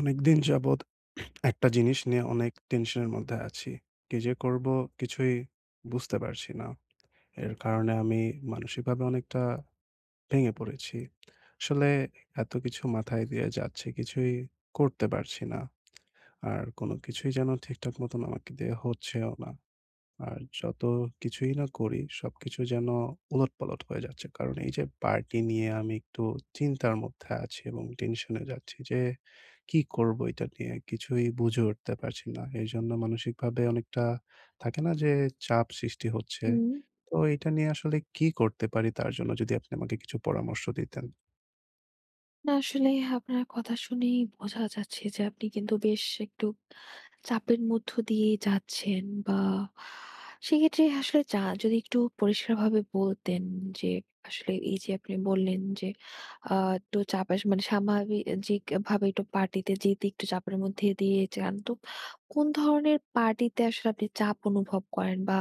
অনেকদিন যাবৎ একটা জিনিস নিয়ে অনেক টেনশনের মধ্যে আছি। কি যে করব কিছুই বুঝতে পারছি না। এর কারণে আমি মানসিকভাবে অনেকটা ভেঙে পড়েছি। আসলে এত কিছু মাথায় দিয়ে যাচ্ছে, কিছুই করতে পারছি না। আর কোন কিছুই যেন ঠিকঠাক মতন আমাকে দিয়ে হচ্ছেও না। আর যত কিছুই না করি সবকিছু যেন উলটপালট হয়ে যাচ্ছে। কারণ এই যে পার্টি নিয়ে আমি একটু চিন্তার মধ্যে আছি এবং টেনশনে যাচ্ছি যে কি করব এটা নিয়ে? কিছুই বুঝে উঠতে পারছি না। এজন্য মানসিকভাবে অনেকটা থাকে না যে চাপ সৃষ্টি হচ্ছে। হুম। তো এটা নিয়ে আসলে কি করতে পারি, তার জন্য যদি আপনি আমাকে কিছু পরামর্শ দিতেন? না, আসলে আপনার কথা শুনেই বোঝা যাচ্ছে যে আপনি কিন্তু বেশ একটু চাপের মধ্য দিয়ে যাচ্ছেন, বা সেক্ষেত্রে আসলে যা যদি একটু পরিষ্কারভাবে বলতেন যে আসলে এই যে আপনি বললেন যে একটু মানে স্বাভাবিক ভাবে একটু পার্টিতে যেতে একটু চাপের মধ্যে দিয়ে যান, তো কোন ধরনের পার্টিতে আসলে আপনি চাপ অনুভব করেন, বা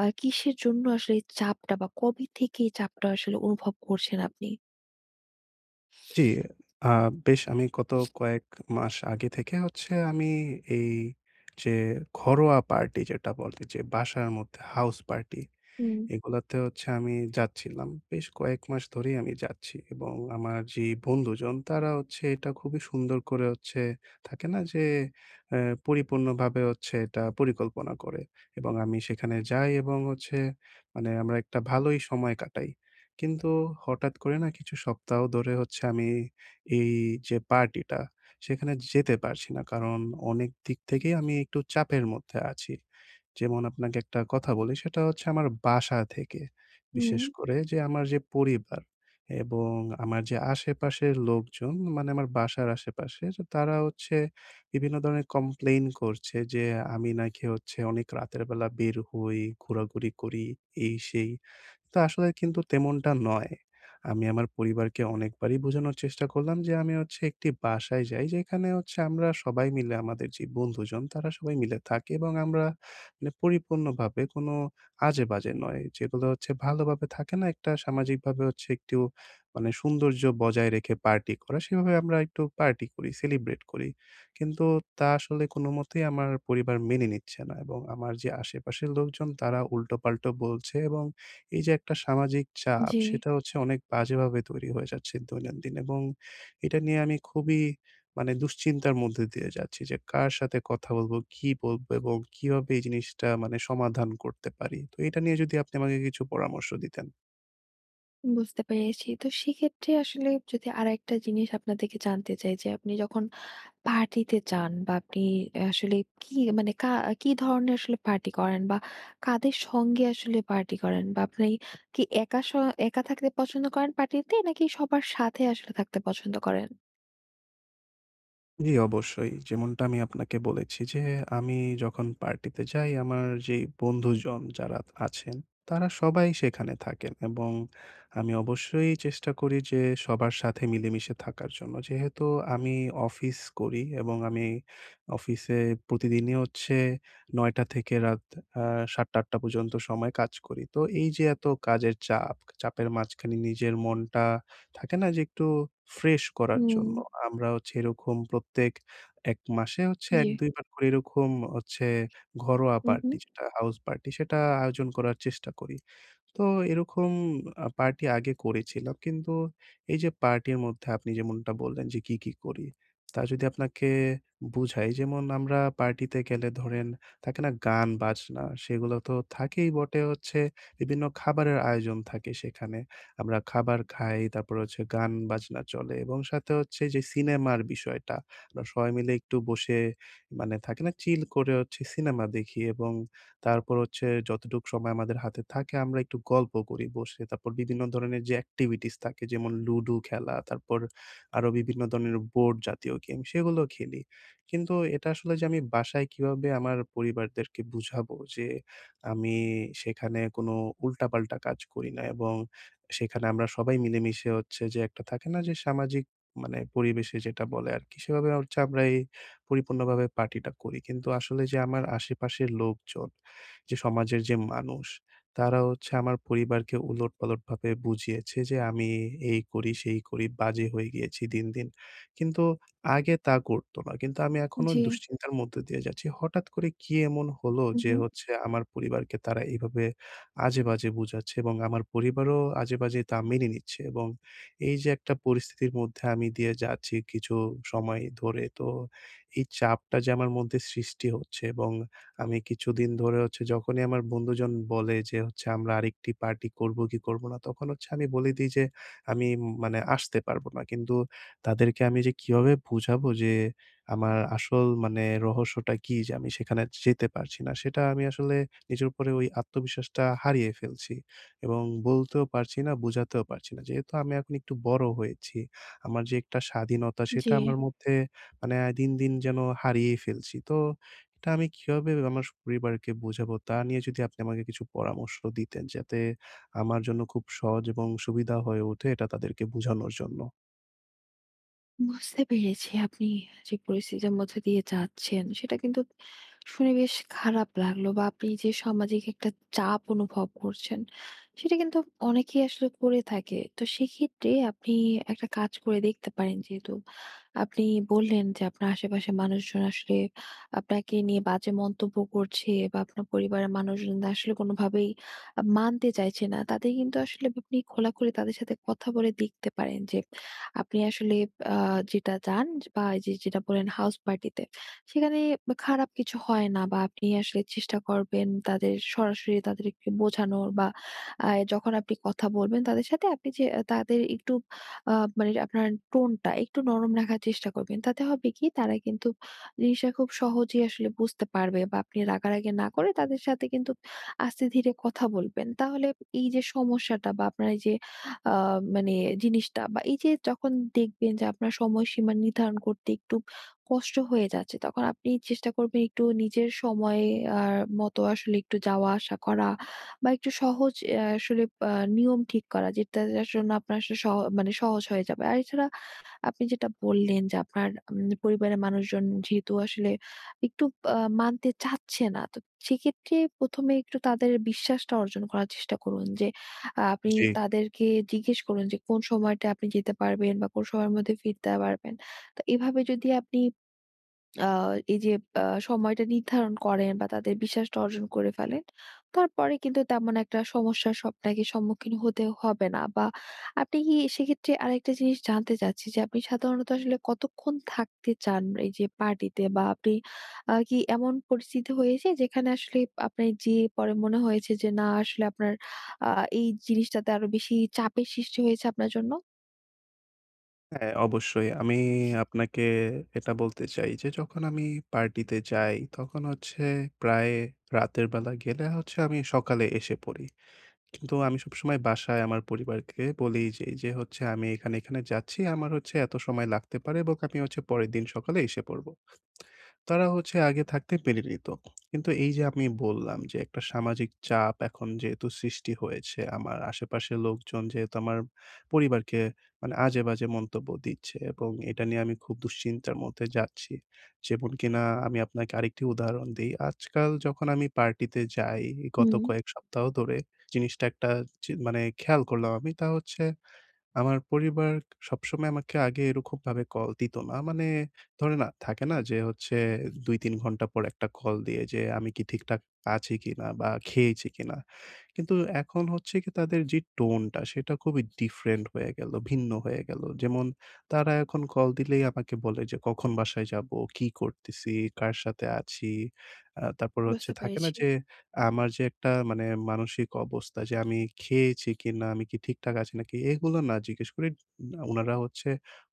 কিসের জন্য আসলে এই চাপটা, বা কবে থেকে এই চাপটা আসলে অনুভব করছেন আপনি? জি। আ বেশ, আমি গত কয়েক মাস আগে থেকে হচ্ছে আমি এই যে ঘরোয়া পার্টি, যেটা বলে যে বাসার মধ্যে হাউস পার্টি, হুম। এগুলাতে হচ্ছে আমি যাচ্ছিলাম। বেশ কয়েক মাস ধরেই আমি যাচ্ছি এবং আমার যে বন্ধুজন, তারা হচ্ছে এটা খুবই সুন্দর করে হচ্ছে থাকে না যে অ্যা পরিপূর্ণভাবে হচ্ছে এটা পরিকল্পনা করে এবং আমি সেখানে যাই এবং হচ্ছে মানে আমরা একটা ভালোই সময় কাটাই। কিন্তু হঠাৎ করে না, কিছু সপ্তাহ ধরে হচ্ছে আমি এই যে পার্টিটা, সেখানে যেতে পারছি না। কারণ অনেক দিক থেকেই আমি একটু চাপের মধ্যে আছি। যেমন আপনাকে একটা কথা বলি, সেটা হচ্ছে আমার বাসা থেকে। হুম। বিশেষ করে যে আমার যে পরিবার এবং আমার যে আশেপাশের লোকজন, মানে আমার বাসার আশেপাশে যে তারা হচ্ছে বিভিন্ন ধরনের কমপ্লেইন করছে যে, আমি নাকি হচ্ছে অনেক রাতের বেলা বের হই, ঘোরাঘুরি করি, এই সেই। তো আসলে কিন্তু তেমনটা নয়। আমি আমার পরিবারকে অনেকবারই বোঝানোর চেষ্টা করলাম যে, আমি হচ্ছে একটি বাসায় যাই, যেখানে হচ্ছে আমরা সবাই মিলে, আমাদের যে বন্ধুজন, তারা সবাই মিলে থাকি এবং আমরা মানে পরিপূর্ণভাবে কোনো আজে-বাজে নয়। যেগুলো হচ্ছে ভালোভাবে থাকে না? একটা সামাজিকভাবে হচ্ছে একটু মানে সৌন্দর্য বজায় রেখে পার্টি করা, সেভাবে আমরা একটু পার্টি করি, সেলিব্রেট করি। কিন্তু তা আসলে কোনোমতেই আমার পরিবার মেনে নিচ্ছে না এবং আমার যে আশেপাশের লোকজন, তারা উল্টোপাল্টা বলছে এবং এই যে একটা সামাজিক চাপ, জি, সেটা হচ্ছে অনেক বাজেভাবে তৈরি হয়ে যাচ্ছে দৈনন্দিন, এবং এটা নিয়ে আমি খুবই মানে দুশ্চিন্তার মধ্যে দিয়ে যাচ্ছি যে কার সাথে কথা বলবো, কি বলবো এবং কিভাবে এই জিনিসটা মানে সমাধান করতে পারি। তো এটা নিয়ে যদি আপনি আমাকে কিছু পরামর্শ দিতেন। বুঝতে পেরেছি। তো সেক্ষেত্রে আসলে যদি আরেকটা জিনিস আপনার থেকে জানতে চাই, যে আপনি যখন পার্টিতে যান বা আপনি আসলে কি মানে কা কি ধরনের আসলে পার্টি করেন বা কাদের সঙ্গে আসলে পার্টি করেন? বা আপনি কি একা থাকতে পছন্দ করেন পার্টিতে, নাকি সবার সাথে আসলে থাকতে পছন্দ করেন? জি, অবশ্যই। যেমনটা আমি আপনাকে বলেছি যে, আমি যখন পার্টিতে যাই, আমার যেই বন্ধুজন যারা আছেন, তারা সবাই সেখানে থাকেন এবং আমি অবশ্যই চেষ্টা করি যে, সবার সাথে মিলেমিশে থাকার জন্য। যেহেতু আমি অফিস করি এবং আমি অফিসে প্রতিদিনই হচ্ছে ৯ টা থেকে রাত আ ৭:০০-৮:০০ পর্যন্ত সময় কাজ করি। তো এই যে এত কাজের চাপ, চাপের মাঝখানে নিজের মনটা থাকে না যে একটু ফ্রেশ করার হুম। জন্য। আমরা হচ্ছে এরকম প্রত্যেক ১ মাসে হচ্ছে জি। ১-২ বার করে এরকম হচ্ছে ঘরোয়া হু, হু। পার্টি, যেটা হাউস পার্টি, সেটা আয়োজন করার চেষ্টা করি। তো এরকম পার্টি আগে করেছিলাম। কিন্তু এই যে পার্টির মধ্যে আপনি যেমনটা বললেন যে কি, কি করি? তা যদি আপনাকে বুঝাই, যেমন আমরা পার্টিতে গেলে ধরেন থাকে না গান বাজনা, সেগুলো তো থাকেই, বটে হচ্ছে বিভিন্ন খাবারের আয়োজন থাকে সেখানে। আমরা খাবার খাই, তারপর হচ্ছে গান বাজনা চলে এবং সাথে হচ্ছে যে সিনেমার বিষয়টা, আমরা সবাই মিলে একটু বসে মানে থাকে না চিল করে হচ্ছে সিনেমা দেখি, এবং তারপর হচ্ছে যতটুক সময় আমাদের হাতে থাকে আমরা একটু গল্প করি বসে। তারপর বিভিন্ন ধরনের যে activities থাকে, যেমন লুডো খেলা, তারপর আরো বিভিন্ন ধরনের বোর্ড জাতীয় গেম, সেগুলো খেলি। কিন্তু এটা আসলে যে আমি বাসায় কিভাবে আমার পরিবারদেরকে বুঝাবো যে আমি সেখানে কোনো উল্টাপাল্টা কাজ করি না, এবং সেখানে আমরা সবাই মিলেমিশে হচ্ছে যে একটা থাকে না যে সামাজিক মানে পরিবেশে, যেটা বলে আরকি, সেভাবে হচ্ছে আমরা এই পরিপূর্ণভাবে পার্টিটা করি। কিন্তু আসলে যে আমার আশেপাশের লোকজন, যে সমাজের যে মানুষ, তারা হচ্ছে আমার পরিবারকে উলটপালটভাবে বুঝিয়েছে যে আমি এই করি, সেই করি, বাজে হয়ে গিয়েছি দিন, দিন। কিন্তু আগে তা করতো না। কিন্তু আমি এখনো জি। দুশ্চিন্তার মধ্য দিয়ে যাচ্ছি। হঠাৎ করে কি এমন হলো হু, যে হু। হচ্ছে আমার পরিবারকে তারা এভাবে আজে-বাজে বুঝাচ্ছে এবং আমার পরিবারও আজে-বাজে তা মেনে নিচ্ছে, এবং এই যে একটা পরিস্থিতির মধ্যে আমি দিয়ে যাচ্ছি কিছু সময় ধরে, তো এই চাপটা যে আমার মধ্যে সৃষ্টি হচ্ছে, এবং আমি কিছুদিন ধরে হচ্ছে যখনই আমার বন্ধুজন বলে যে হচ্ছে আমরা আরেকটি পার্টি করব কি করব না, তখন হচ্ছে আমি বলে দেই যে আমি মানে আসতে পারব না। কিন্তু তাদেরকে আমি যে কিভাবে বুঝাবো যে আমার আসল মানে রহস্যটা কি যে আমি সেখানে যেতে পারছি না, সেটা আমি আসলে নিজের উপরে ওই আত্মবিশ্বাসটা হারিয়ে ফেলছি এবং বলতেও পারছি না, বুঝাতেও পারছি না। যেহেতু আমি এখন একটু বড় হয়েছি, আমার যে একটা স্বাধীনতা, জি। সেটা আমার মধ্যে মানে দিন, দিন যেন হারিয়েই ফেলছি। তো এটা আমি কিভাবে আমার পরিবারকে বোঝাবো, তা নিয়ে যদি আপনি আমাকে কিছু পরামর্শ দিতেন, যাতে আমার জন্য খুব সহজ এবং সুবিধা হয়ে ওঠে এটা তাদেরকে বোঝানোর জন্য। বুঝতে পেরেছি, আপনি যে পরিস্থিতির মধ্যে দিয়ে যাচ্ছেন সেটা কিন্তু শুনে বেশ খারাপ লাগলো। বা আপনি যে সামাজিক একটা চাপ অনুভব করছেন, সেটা কিন্তু অনেকেই আসলে করে থাকে। তো সেক্ষেত্রে আপনি একটা কাজ করে দেখতে পারেন, যেহেতু আপনি বললেন যে আপনার আশেপাশে মানুষজন আসলে আপনাকে নিয়ে বাজে মন্তব্য করছে বা আপনার পরিবারের মানুষজন আসলে কোনোভাবেই মানতে চাইছে না, তাদের কিন্তু আসলে আপনি খোলাখুলি তাদের সাথে কথা বলে দেখতে পারেন যে আপনি আসলে আ যেটা যান বা এই যে যেটা বললেন হাউস পার্টিতে, সেখানে খারাপ কিছু হয় না। বা আপনি আসলে চেষ্টা করবেন তাদের সরাসরি তাদেরকে বোঝানোর, বা যখন আপনি কথা বলবেন তাদের সাথে, আপনি যে তাদের একটু মানে আপনার টোনটা একটু নরম রাখার চেষ্টা করবেন। তাতে হবে কি, তারা কিন্তু জিনিসটা খুব সহজেই আসলে বুঝতে পারবে। বা আপনি রাগারাগি না করে তাদের সাথে কিন্তু আস্তে ধীরে কথা বলবেন। তাহলে এই যে সমস্যাটা বা আপনার এই যে আ মানে জিনিসটা, বা এই যে যখন দেখবেন যে আপনার সময়সীমা নির্ধারণ করতে একটু কষ্ট হয়ে যাচ্ছে, তখন আপনি চেষ্টা করবেন একটু নিজের সময় আর মতো আসলে একটু যাওয়া আসা করা, বা একটু সহজ আসলে আ নিয়ম ঠিক করা, যেটার জন্য আপনার আসলে সহ মানে সহজ হয়ে যাবে। আর এছাড়া আপনি যেটা বললেন যে আপনার পরিবারের মানুষজন যেহেতু আসলে একটু মানতে চাচ্ছে না, তো সেক্ষেত্রে প্রথমে একটু তাদের বিশ্বাসটা অর্জন করার চেষ্টা করুন। যে আপনি জি। তাদেরকে জিজ্ঞেস করুন যে কোন সময়টা আপনি যেতে পারবেন বা কোন সময়ের মধ্যে ফিরতে পারবেন। তো এভাবে যদি আপনি আ এই যে আ সময়টা নির্ধারণ করেন বা তাদের বিশ্বাসটা অর্জন করে ফেলেন, তারপরে কিন্তু তেমন একটা সমস্যার আপনাকে সম্মুখীন হতে হবে না। বা আপনি কি, সেক্ষেত্রে আরেকটা জিনিস জানতে চাচ্ছি যে আপনি সাধারণত আসলে কতক্ষণ থাকতে চান এই যে পার্টিতে? বা আপনি কি এমন পরিস্থিতি হয়েছে যেখানে আসলে আপনার যেয়ে পরে মনে হয়েছে যে না, আসলে আপনার আ এই জিনিসটাতে আরো বেশি চাপের সৃষ্টি হয়েছে আপনার জন্য? হ্যাঁ, অবশ্যই। আমি আপনাকে এটা বলতে চাই যে যখন আমি পার্টিতে যাই তখন হচ্ছে প্রায় রাতের বেলা গেলে হচ্ছে আমি সকালে এসে পড়ি। কিন্তু আমি সবসময় বাসায় আমার পরিবারকে বলেই যাই যে হচ্ছে আমি এখানে, এখানে যাচ্ছি। আমার হচ্ছে এত সময় লাগতে পারে এবং আমি হচ্ছে পরের দিন সকালে এসে পড়ব। তারা হচ্ছে আগে থাকতে পেরে নিত। কিন্তু এই যে আমি বললাম যে একটা সামাজিক চাপ এখন যেহেতু সৃষ্টি হয়েছে, আমার আশেপাশের লোকজন যেহেতু আমার পরিবারকে মানে আজে-বাজে মন্তব্য দিচ্ছে, এবং এটা নিয়ে আমি খুব দুশ্চিন্তার মধ্যে যাচ্ছি। যেমন কিনা আমি আপনাকে আরেকটি উদাহরণ দেই। আজকাল যখন আমি পার্টিতে যাই, গত হুম, কয়েক সপ্তাহ ধরে জিনিসটা একটা মানে খেয়াল করলাম আমি তা, হচ্ছে আমার পরিবার সবসময় আমাকে আগে এরকমভাবে কল দিত না। মানে ধরে না থাকে না যে হচ্ছে ২-৩ ঘন্টা পর একটা কল দিয়ে যে আমি কি ঠিকঠাক আছি কিনা বা খেয়েছি কিনা? কিন্তু এখন হচ্ছে কি, তাদের যে টোনটা সেটা খুবই ডিফারেন্ট হয়ে গেল, ভিন্ন হয়ে গেল। যেমন তারা এখন কল দিলেই আমাকে বলে যে কখন বাসায় যাবো, কি করতেছি, কার সাথে আছি। তারপর হচ্ছে বুঝতে থাকে না পেরেছি। যে আমার যে একটা মানে মানসিক অবস্থা, যে আমি খেয়েছি কিনা, আমি কি ঠিকঠাক আছি নাকি, এগুলো না জিজ্ঞেস করে উনারা হচ্ছে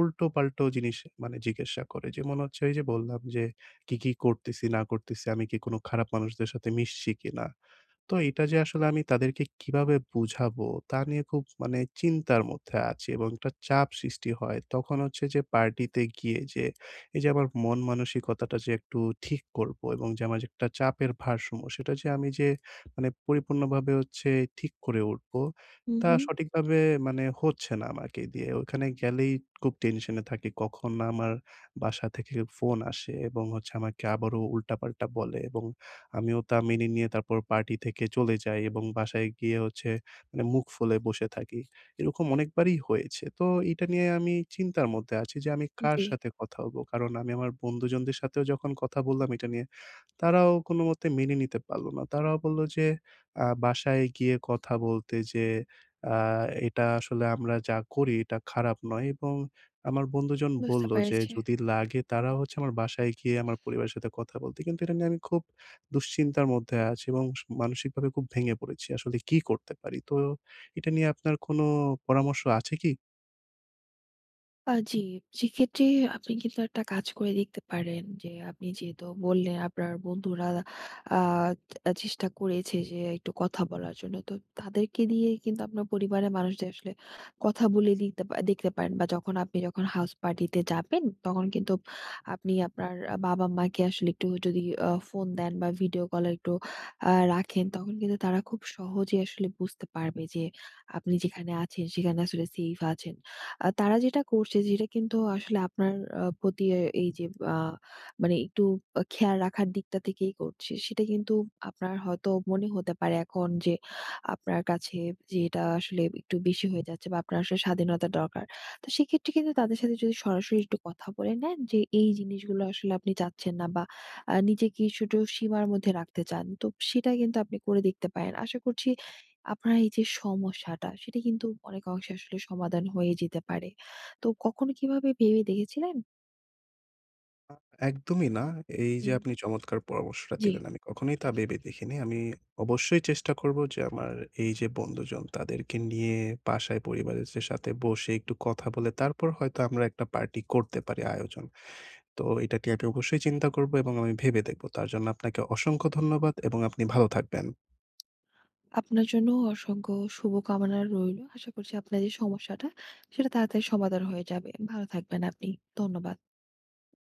উল্টোপাল্টো জিনিস মানে জিজ্ঞাসা করে। যেমন হচ্ছে ওই যে বললাম যে কি, কি করতেছি না করতেছি, আমি কি কোন খারাপ মানুষদের সাথে মিশছি কিনা? তো এটা যে আসলে আমি তাদেরকে কিভাবে বুঝাবো, তা নিয়ে খুব মানে চিন্তার মধ্যে আছি এবং একটা চাপ সৃষ্টি হয়। তখন হচ্ছে যে পার্টিতে গিয়ে যে এই যে আমার মন মানসিকতাটা যে একটু ঠিক করবো এবং যে আমার যে একটা চাপের ভারসাম্য, সেটা যে আমি যে মানে পরিপূর্ণভাবে হচ্ছে ঠিক করে উঠবো, হুম, তা হুম। সঠিকভাবে মানে হচ্ছে না আমাকে দিয়ে। ওখানে গেলেই খুব টেনশনে থাকি, কখন না আমার বাসা থেকে ফোন আসে এবং হচ্ছে আমাকে আবারও উল্টাপাল্টা বলে, এবং আমিও তা মেনে নিয়ে তারপর পার্টি থেকে চলে যাই এবং বাসায় গিয়ে হচ্ছে মানে মুখ ফুলে বসে থাকি। এরকম অনেকবারই হয়েছে। তো এটা নিয়ে আমি চিন্তার মধ্যে আছি যে আমি কার জি, সাথে কথা বলব? কারণ আমি আমার বন্ধুজনদের সাথেও যখন কথা বললাম এটা নিয়ে, তারাও কোনোমতে মেনে নিতে পারল না। তারাও বলল যে বাসায় গিয়ে কথা বলতে, যে আ "এটা আসলে আমরা যা করি এটা খারাপ নয়", এবং আমার বন্ধুজন বুঝতে বলল যে পেরেছি। যদি লাগে তারা হচ্ছে আমার বাসায় গিয়ে আমার পরিবারের সাথে কথা বলতে। কিন্তু এটা নিয়ে আমি খুব দুশ্চিন্তার মধ্যে আছি এবং মানসিকভাবে খুব ভেঙে পড়েছি। আসলে কি করতে পারি? তো এটা নিয়ে আপনার কোনো পরামর্শ আছে কি? জি, সেক্ষেত্রে আপনি কিন্তু একটা কাজ করে দেখতে পারেন। যে আপনি যেহেতু বললেন আপনার বন্ধুরা আ আ চেষ্টা করেছে যে একটু কথা বলার জন্য, তো তাদেরকে দিয়ে কিন্তু আপনার পরিবারের মানুষদের আসলে কথা বলে দিতে পা দেখতে পারেন। বা যখন আপনি যখন হাউস পার্টিতে যাবেন তখন কিন্তু আপনি আপনার বাবা-মাকে আসলে একটু যদি ফোন দেন বা ভিডিও কলে একটু রাখেন, তখন কিন্তু তারা খুব সহজেই আসলে বুঝতে পারবে যে আপনি যেখানে আছেন সেখানে আসলে সেফ আছেন। তারা যেটা করছে, যেটা কিন্তু আসলে আপনার আ প্রতি এ এই যে আ মানে একটু খেয়াল রাখার দিকটা থেকেই করছে। সেটা কিন্তু আপনার হয়তো মনে হতে পারে এখন যে আপনার কাছে যে এটা আসলে একটু বেশি হয়ে যাচ্ছে বা আপনার আসলে স্বাধীনতা দরকার। তো সেক্ষেত্রে কিন্তু তাদের সাথে যদি সরাসরি একটু কথা বলে নেন যে এই জিনিসগুলো আসলে আপনি চাচ্ছেন না, বা নিজেকে কিছুটা সীমার মধ্যে রাখতে চান, তো সেটা কিন্তু আপনি করে দেখতে পারেন। আশা করছি আপনার এই যে সমস্যাটা, সেটা কিন্তু অনেক অংশে আসলে সমাধান হয়ে যেতে পারে। তো কখনো কিভাবে ভেবে দেখেছিলেন? একদমই না। এই যে হুম। আপনি চমৎকার পরামর্শটা জি, দিলেন, আমি কখনোই তা ভেবে দেখিনি। আমি অবশ্যই চেষ্টা করব যে আমার এই যে বন্ধুজন, তাদেরকে নিয়ে বাসায় পরিবারের যে সাথে বসে একটু কথা বলে তারপর হয়তো আমরা একটা পার্টি করতে পারি আয়োজন। তো এটা নিয়ে আমি অবশ্যই চিন্তা করব এবং আমি ভেবে দেখব। তার জন্য আপনাকে অসংখ্য ধন্যবাদ এবং আপনি ভালো থাকবেন। আপনার জন্য অসংখ্য শুভকামনা রইলো। আশা করছি আপনার যে সমস্যাটা, সেটা তাড়াতাড়ি সমাধান হয়ে যাবে। ভালো থাকবেন আপনি। ধন্যবাদ।